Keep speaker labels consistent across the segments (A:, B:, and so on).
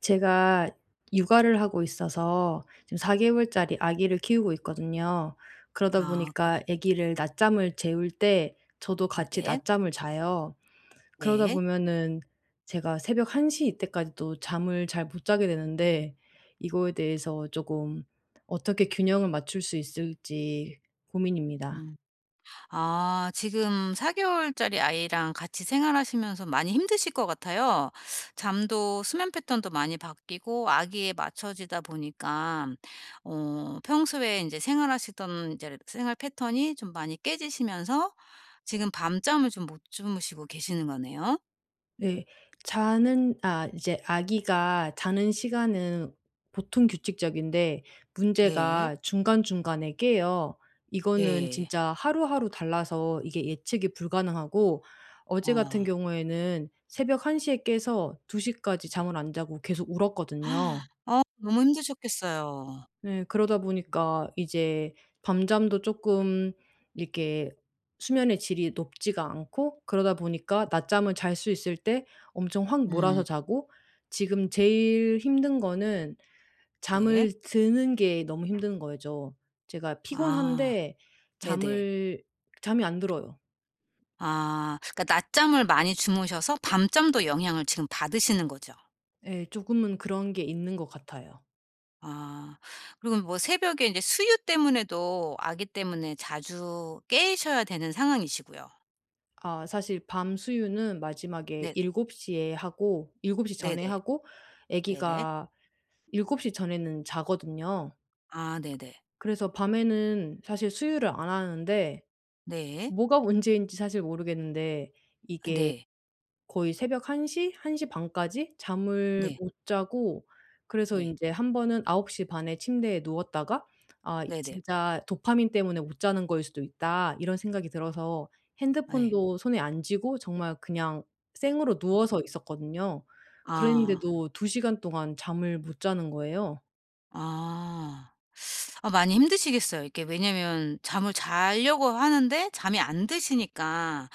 A: 제가 육아를 하고 있어서 지금 4개월 개월짜리 아기를 키우고 있거든요. 그러다
B: 아,
A: 보니까
B: 그러시군요.
A: 아기를 낮잠을 재울 때 저도 같이
B: 네.
A: 낮잠을 자요. 그러다
B: 네.
A: 보면은 제가 새벽 1시 이때까지도 잠을 잘 못 자게 되는데 이거에 대해서 조금 어떻게 균형을 맞출 수 있을지 고민입니다.
B: 음. 아, 지금 4개월짜리 아이랑 같이 생활하시면서 많이 힘드실 것 같아요. 잠도 수면 패턴도 많이 바뀌고 아기에 맞춰지다 보니까 평소에 이제 생활하시던 이제 생활 패턴이 좀 많이 깨지시면서 지금 밤잠을 좀 못 주무시고 계시는 거네요.
A: 네. 자는 이제 아기가 자는 시간은 보통 규칙적인데
B: 네.
A: 문제가 중간중간에 깨요. 이거는
B: 네.
A: 진짜 하루하루 달라서 이게 예측이 불가능하고,
B: 어
A: 어제 같은 경우에는 새벽 1 시에 깨서 2 시까지
B: 네.
A: 잠을 안 자고 계속 울었거든요.
B: 너무 힘드셨겠어요.
A: 네. 그러다 보니까 이제 밤잠도 조금 이렇게 수면의 질이 높지가 않고, 그러다 보니까 낮잠을 잘 수 있을 때 엄청 확 몰아서
B: 음.
A: 자고, 지금 제일 힘든 거는
B: 네.
A: 잠을 드는 게 너무 힘든 거죠. 제가
B: 아,
A: 피곤한데
B: 네네.
A: 잠을 잠이 안 들어요.
B: 아. 그러니까 낮잠을 많이 주무셔서 밤잠도 영향을 지금 받으시는 거죠.
A: 예. 조금은 그런 게 있는 것 같아요.
B: 아. 그리고 뭐 새벽에 이제 수유 때문에도 아기 때문에 자주 깨셔야 되는 상황이시고요.
A: 아, 사실 밤 수유는 마지막에
B: 네.
A: 7곱시에 하고, 7곱시 전에
B: 네네.
A: 하고,
B: 네네.
A: 아기가 7곱시 전에는 자거든요.
B: 아, 네네.
A: 그래서 밤에는 사실 수유를 안 하는데,
B: 네.
A: 뭐가 문제인지 사실 모르겠는데 이게
B: 네.
A: 거의 새벽 1시한1반 까지 잠을
B: 네.
A: 못 자고. 그래서
B: 예.
A: 인제 한 번은 9시반에 침대에 누웠다가 '아
B: 네네. 예.
A: 진짜 도파민 때문에 못 자는 거일 수도 있다.' 이런 생각이 들어서
B: 아, 예.
A: 핸드폰도 손에 안 쥐고 정말 그냥 생으로 누워서 있었거든요.
B: 아.
A: 그랬는데도 2 시간 동안 잠을 못 자는 거예요.
B: 아. 아, 많이 힘드시겠어요. 이게 왜냐면 잠을 자려고 하는데 잠이 안 드시니까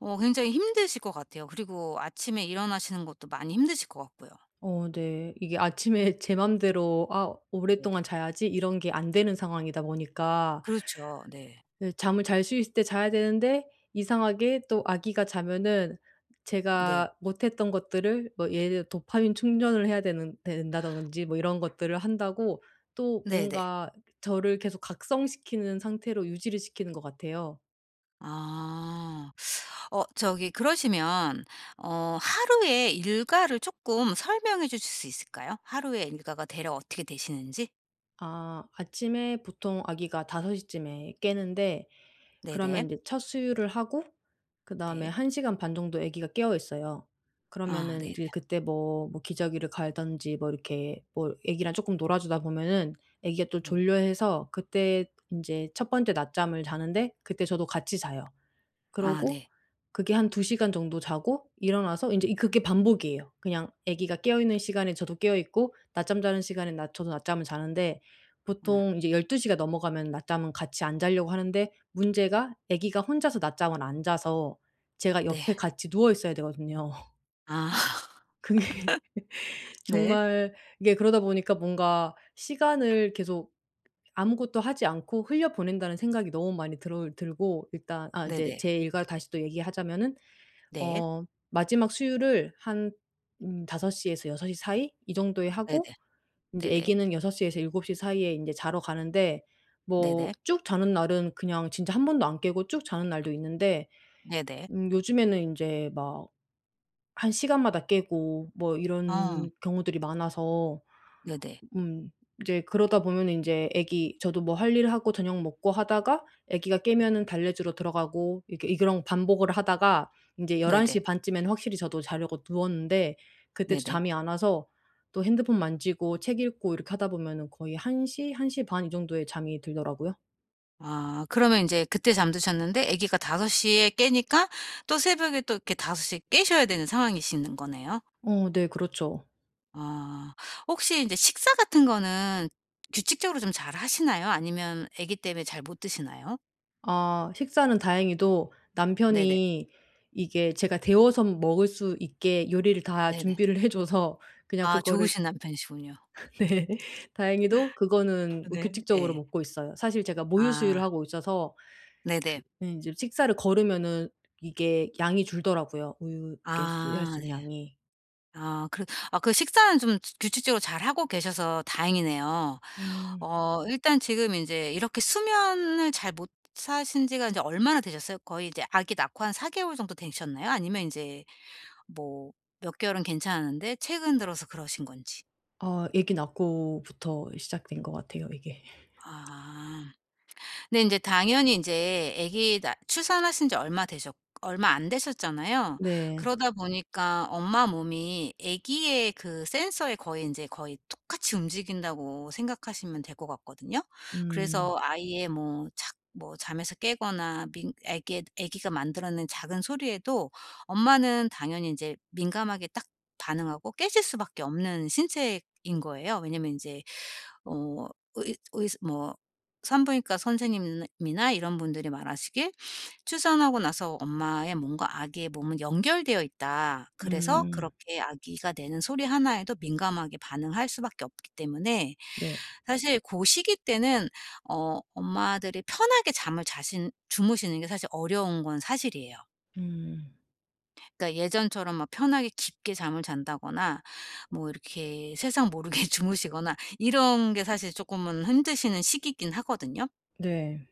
B: 굉장히 힘드실 것 같아요. 그리고 아침에 일어나시는 것도 많이 힘드실 것 같고요.
A: 어 네. 이게 아침에 제 맘대로 '아
B: 네네.
A: 오랫동안 자야지.' 이런 게 안 되는 상황이다 보니까,
B: 그렇죠. 네.
A: 네, 잠을 잘 수 있을 때 자야 되는데 이상하게 또 아기가 자면은
B: 네.
A: 제가 못 했던 것들을, 뭐 예를 들어 도파민 충전을 해야 되는 된다든지 뭐 이런 것들을 한다고, 또
B: 네네.
A: 뭔가 저를 계속 각성시키는 상태로 유지를 시키는 것 같아요.
B: 아. 저기, 그러시면 하루의 일과를 쪼끔 설명해 주실 수 있을까요? 하루의 일과가 대략 어떻게 되시는지?
A: 아, 아침에 보통 아기가 5 시쯤에 깨는데, 그러면
B: 네네.
A: 이제 첫 수유를 하고 그다음에
B: 네.
A: 한 시간 반 정도 아기가 깨어 있어요.
B: 아,
A: 그러면은
B: 네네.
A: 이제 그때 뭐, 뭐 기저귀를 갈든지 뭐 이렇게 뭐 아기랑 조금 놀아 주다 보면은 아기가 또
B: 음.
A: 졸려해서 그때 이제 첫 번째 낮잠을 자는데 그때 저도 같이 자요.
B: 아,
A: 그러고
B: 네.
A: 그게 한 두 시간 정도 자고 일어나서 인제 이 그게 반복이에요. 그냥 아기가 깨어 있는 시간에 저도 깨어 있고, 낮잠 자는 시간에 낮 저도 낮잠을 자는데,
B: 아,
A: 보통 이제 12 시가 넘어가면 낮잠은 같이 안 자려고 하는데, 문제가 아기가 혼자서 낮잠을 안 자서 제가
B: 네.
A: 옆에 같이 누워 있어야 되거든요.
B: 아.
A: 그게
B: 네.
A: 정말, 이게 그러다 보니까 뭔가 시간을 계속 아무것도 하지 않고 흘려보낸다는 생각이 너무 많이 들어 들고. 일단 아 인제
B: 네네.
A: 제 일과 다시 또 얘기하자면은,
B: 네.
A: 어 마지막 수유를 한 5시 에서 6섯시 사이 이 정도에
B: 네네.
A: 하고, 이제
B: 네네.
A: 아기는 6섯시 에서 7곱시 사이에 인제 자러 가는데,
B: 네네.
A: 뭐 쭉 자는 날은 그냥 진짜 한 번도 안 깨고 쭉 자는 날도 있는데,
B: 네네.
A: 요즘에는 인제 막 한 시간마다 깨고 뭐
B: 어.
A: 이런 경우들이 많아서
B: 네네.
A: 음. 이제 그러다 보면 이제 애기 저도 뭐 할 일 하고 저녁 먹고 하다가 애기가 깨면은 달래주러 들어가고, 이게 이런 반복을 하다가 이제1 1
B: 네네.
A: 시반 쯤에는 확실히 저도 자려고 누웠는데 그때도
B: 네네.
A: 잠이 안 와서 또 핸드폰 만지고 책 읽고 이렇게 하다 보면은 거의 1시한1반이 정도에 잠이 들더라고요.
B: 아, 그러면 이제 그때 잠드셨는데 아기가 다섯 시에 깨니까 또 새벽에 또 이렇게 다섯 시에 깨셔야 되는 상황이시는 거네요.
A: 어 네 그렇죠.
B: 아. 혹시 이제 식사 같은 거는 규칙적으로 좀 잘 하시나요? 아니면 아기 때문에 잘 못 드시나요?
A: 아, 식사는 다행히도
B: 네네.
A: 남편이 이게 제가 데워서 먹을 수 있게 요리를 다
B: 네네.
A: 준비를 해 줘서 그냥
B: 아,
A: 그거를.
B: 좋으신 남편이시군요.
A: 네. 다행히도 그거는 뭐
B: 네.
A: 규칙적으로
B: 예.
A: 먹고 있어요. 사실 제가 모유
B: 아.
A: 수유를 하고 있어서
B: 네네.
A: 예 인제 식사를 거르면은 이게 양이 줄더라고요, 우유 이렇게 수유할
B: 아,
A: 수 있는
B: 네.
A: 양이.
B: 아 그 아, 그 식사는 좀 규칙적으로 잘하고 계셔서 다행이네요.
A: 음.
B: 일단 지금 이제 이렇게 수면을 잘 못 사신 지가 이제 얼마나 되셨어요? 거의 이제 아기 낳고 한 4개월 정도 되셨나요? 아니면 이제 뭐 몇 개월은 괜찮았는데 최근 들어서 그러신 건지?
A: 아, 아기 낳고부터 시작된 것 같아요, 이게.
B: 아. 근데 이제 당연히 이제 출산하신 지 얼마 안 되셨잖아요.
A: 네.
B: 그러다 보니까 엄마 몸이 아기의 그 센서에 거의 똑같이 움직인다고 생각하시면 될 것 같거든요.
A: 음.
B: 그래서 아이의 뭐 착 뭐 잠에서 깨거나 민 아기 아기가 만들어낸 작은 소리에도 엄마는 당연히 이제 민감하게 딱 반응하고 깨질 수밖에 없는 신체인 거예요. 왜냐면 이제어의의뭐 산부인과 선생님이나 이런 분들이 말하시길, "출산하고 나서 엄마의 몸과 아기의 몸은 연결되어 있다. 그래서
A: 음.
B: 그렇게 아기가 내는 소리 하나에도 민감하게 반응할 수밖에 없기 때문에
A: 네.
B: 사실 그 시기 때는 엄마들이 편하게 잠을 자신 주무시는 게 사실 어려운 건 사실이에요."
A: 음.
B: 그러니까 예전처럼 막 편하게 깊게 잠을 잔다거나 뭐 이렇게 세상 모르게 주무시거나 이런 게 사실 조금은 힘드시는 시기이긴 하거든요.
A: 네.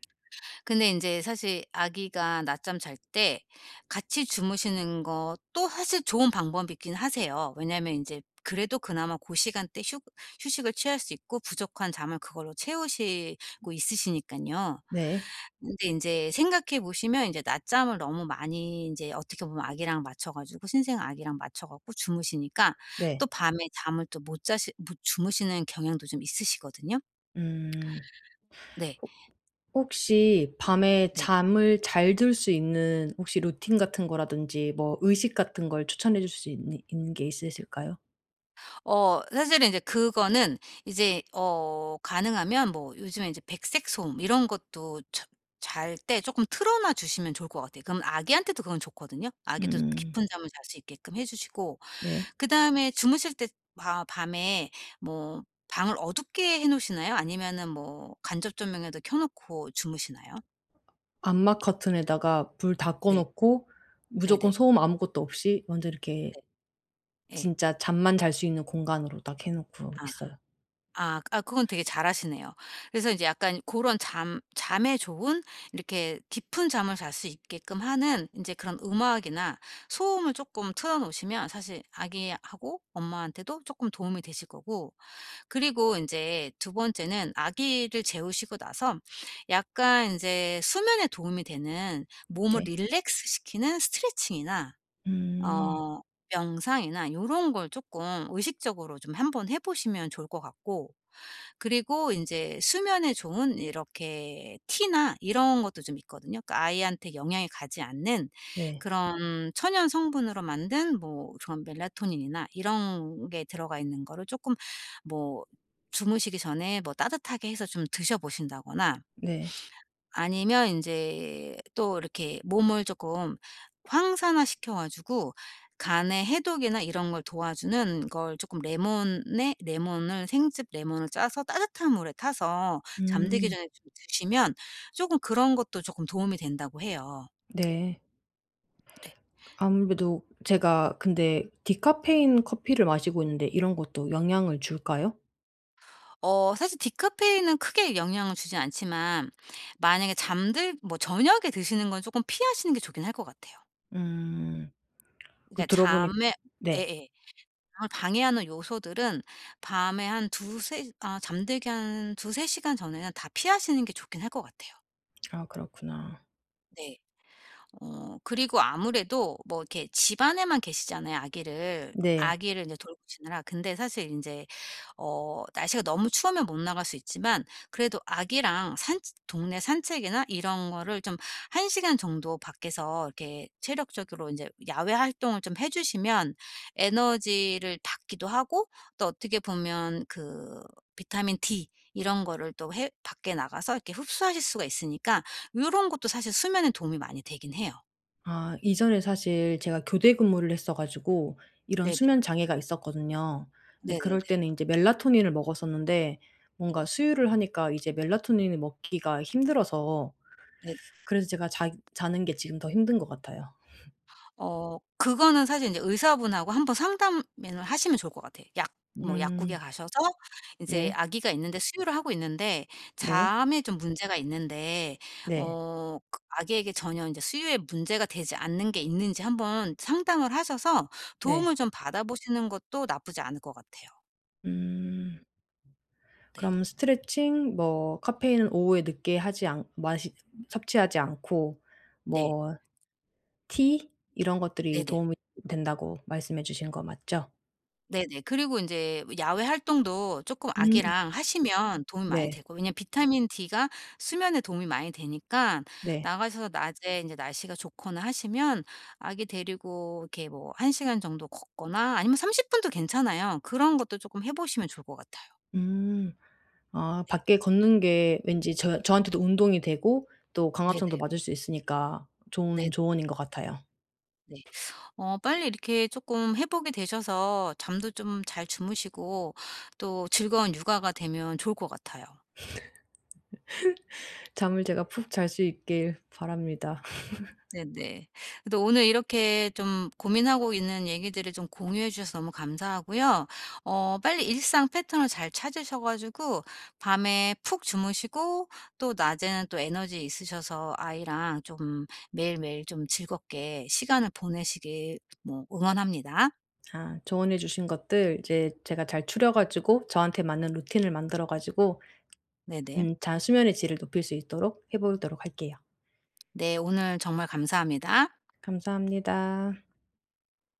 B: 근데 인제 사실 아기가 낮잠 잘 때 같이 주무시는 것도 사실 좋은 방법이긴 하세요. 왜냐하면 인제 그래도 그나마 고 시간대 휴 휴식을 취할 수 있고 부족한 잠을 그걸로 채우시고 있으시니깐요.
A: 네.
B: 근데 인제 생각해 보시면 인제 낮잠을 너무 많이 인제 어떻게 보면 아기랑 맞춰 가지고 신생 아기랑 맞춰 갖고 주무시니까 또
A: 네.
B: 밤에 잠을 또 못 주무시는 경향도 좀 있으시거든요.
A: 음.
B: 네.
A: 혹시 밤에
B: 네.
A: 잠을 잘 들 수 있는 혹시 루틴 같은 거라든지 뭐 의식 같은 걸 추천해 줄 수 있는 있는 게 있으실까요?
B: 사실은 이제 그거는 이제 가능하면 뭐 요즘에 이제 백색 소음 이런 것도 잘 때 조금 틀어 놔 주시면 좋을 것 같아요. 그럼 아기한테도 그건 좋거든요. 아기도
A: 음.
B: 깊은 잠을 잘 수 있게끔 해 주시고
A: 네.
B: 그다음에 주무실 때 바 밤에 뭐 방을 어둡게 해 놓으시나요? 아니면은 뭐 간접 조명에도 켜 놓고 주무시나요?
A: 암막 커튼에다가 불 다 꺼
B: 네.
A: 놓고 무조건
B: 네네.
A: 소음 아무것도 없이 완전 이렇게
B: 네. 네, 예.
A: 진짜 잠만 잘 수 있는 공간으로 딱 해 놓고
B: 아.
A: 있어요.
B: 아, 그건 되게 잘하시네요. 그래서 이제 약간 그런 잠 잠에 좋은 이렇게 깊은 잠을 잘 수 있게끔 하는 이제 그런 음악이나 소음을 조금 틀어 놓으시면 사실 아기하고 엄마한테도 조금 도움이 되실 거고, 그리고 이제 두 번째는 아기를 재우시고 나서 약간 이제 수면에 도움이 되는 몸을
A: 네.
B: 릴렉스시키는 스트레칭이나
A: 음.
B: 어 명상이나 요런 걸 조금 의식적으로 좀 한번 해 보시면 좋을 것 같고, 그리고 이제 수면에 좋은 이렇게 티나 이런 것도 좀 있거든요. 그러니까 아이한테 영향이 가지 않는
A: 네.
B: 그런 천연 성분으로 만든 뭐 그런 멜라토닌이나 이런 게 들어가 있는 거를 조금 뭐 주무시기 전에 뭐 따뜻하게 해서 좀 드셔 보신다거나,
A: 네.
B: 아니면 인제 또 이렇게 몸을 쪼끔 황산화시켜 가지고 간의 해독이나 이런 걸 도와주는 걸 쪼끔, 레몬에 레몬을 생즙 레몬을 짜서 따뜻한 물에 타서 잠들기
A: 음.
B: 전에 좀 드시면 쪼금 그런 것도 쪼끔 도움이 된다고 해요.
A: 네.
B: 네.
A: 아무래도 제가 근데 디카페인 커피를 마시고 있는데 이런 것도 영향을 줄까요?
B: 사실 디카페인은 크게 영향을 주진 않지만 만약에 잠들 뭐 저녁에 드시는 건 쪼끔 피하시는 게 좋긴 할 것 같아요.
A: 음. 그
B: 그러니까
A: 들어 보니.
B: 잠에
A: 네.
B: 예예. 잠을 방해하는 요소들은 밤에 한 두세 아 잠들기 한 두세 시간 전에는 다 피하시는 게 좋긴 할 것 같아요.
A: 아 그렇구나.
B: 네. 그리고 아무래도 뭐 이렇게 집안에만 계시잖아요, 아기를.
A: 네.
B: 아기를 이제 돌보시느라. 근데 사실 이제 날씨가 너무 추우면 못 나갈 수 있지만, 그래도 아기랑 산 동네 산책이나 이런 거를 좀 1시간 정도 밖에서 이렇게 체력적으로 이제 야외 활동을 좀 해 주시면 에너지를 받기도 하고, 또 어떻게 보면 그 비타민 D 이런 거를 또 해 밖에 나가서 이렇게 흡수하실 수가 있으니까 요런 것도 사실 수면에 도움이 많이 되긴 해요.
A: 아, 이전에 사실 제가 교대 근무를 했어 가지고 이런
B: 네네.
A: 수면 장애가 있었거든요. 근데
B: 네네네.
A: 그럴 때는 이제 멜라토닌을 먹었었는데
B: 네.
A: 뭔가 수유를 하니까 이제 멜라토닌을 먹기가 힘들어서,
B: 네네.
A: 그래서 제가 자 자는 게 지금 더 힘든 것 같아요.
B: 그거는 사실 인제 의사분하고 한번 상담을 하시면 좋을 것 같아요. 약 뭐 약국에
A: 음.
B: 가셔서 인제
A: 네.
B: 아기가 있는데 수유를 하고 있는데
A: 네.
B: 잠에 좀 문제가 있는데
A: 네.
B: 그 아기에게 전혀 인제 수유에 문제가 되지 않는 게 있는지 한번 상담을 하셔서
A: 네.
B: 도움을 좀 받아보시는 것도 나쁘지 않을 것 같아요.
A: 음.
B: 네.
A: 그럼 스트레칭 뭐 카페인은 오후에 늦게 하지 않 마시 섭취하지 않고,
B: 네.
A: 뭐 티 이런 것들이
B: 네네.
A: 도움이 된다고 말씀해 주신 거 맞죠?
B: 네네. 그리고 인제 야외 활동도 쪼끔
A: 음
B: 아기랑 하시면 도움이 많이
A: 네.
B: 되고, 왜냐면 비타민 D가 수면에 도움이 많이 되니까
A: 네.
B: 나가셔서 낮에 인제 날씨가 좋거나 하시면 아기 데리고 이렇게 뭐 1시간 정도 걷거나 아니면 30 분도 괜찮아요. 그런 것도 쪼끔 해 보시면 좋을 것 같아요.
A: 음. 아,
B: 네.
A: 밖에 걷는 게 왠지 저한테도 운동이 되고 또 강압성도
B: 네네.
A: 맞을 수 있으니까 좋은
B: 네네.
A: 조언인 것 같아요.
B: 네. 빨리 이렇게 쪼끔 회복이 되셔서 잠도 좀 잘 주무시고 또 즐거운 육아가 되면 좋을 것 같아요.
A: 잠을 제가 푹 잘 수 있길 바랍니다.
B: 네네. 그래도 오늘 이렇게 좀 고민하고 있는 얘기들을 좀 공유해 주셔서 너무 감사하고요. 빨리 일상 패턴을 잘 찾으셔 가지고 밤에 푹 주무시고 또 낮에는 또 에너지 있으셔서 아이랑 좀 매일매일 좀 즐겁게 시간을 보내시길 뭐 응원합니다.
A: 아, 조언해 주신 것들 이제 제가 잘 추려 가지고 저한테 맞는 루틴을 만들어 가지고
B: 네네.
A: 잘 수면의 질을 높일 수 있도록 해 보도록 할게요.
B: 네, 오늘 정말 감사합니다.
A: 감사합니다.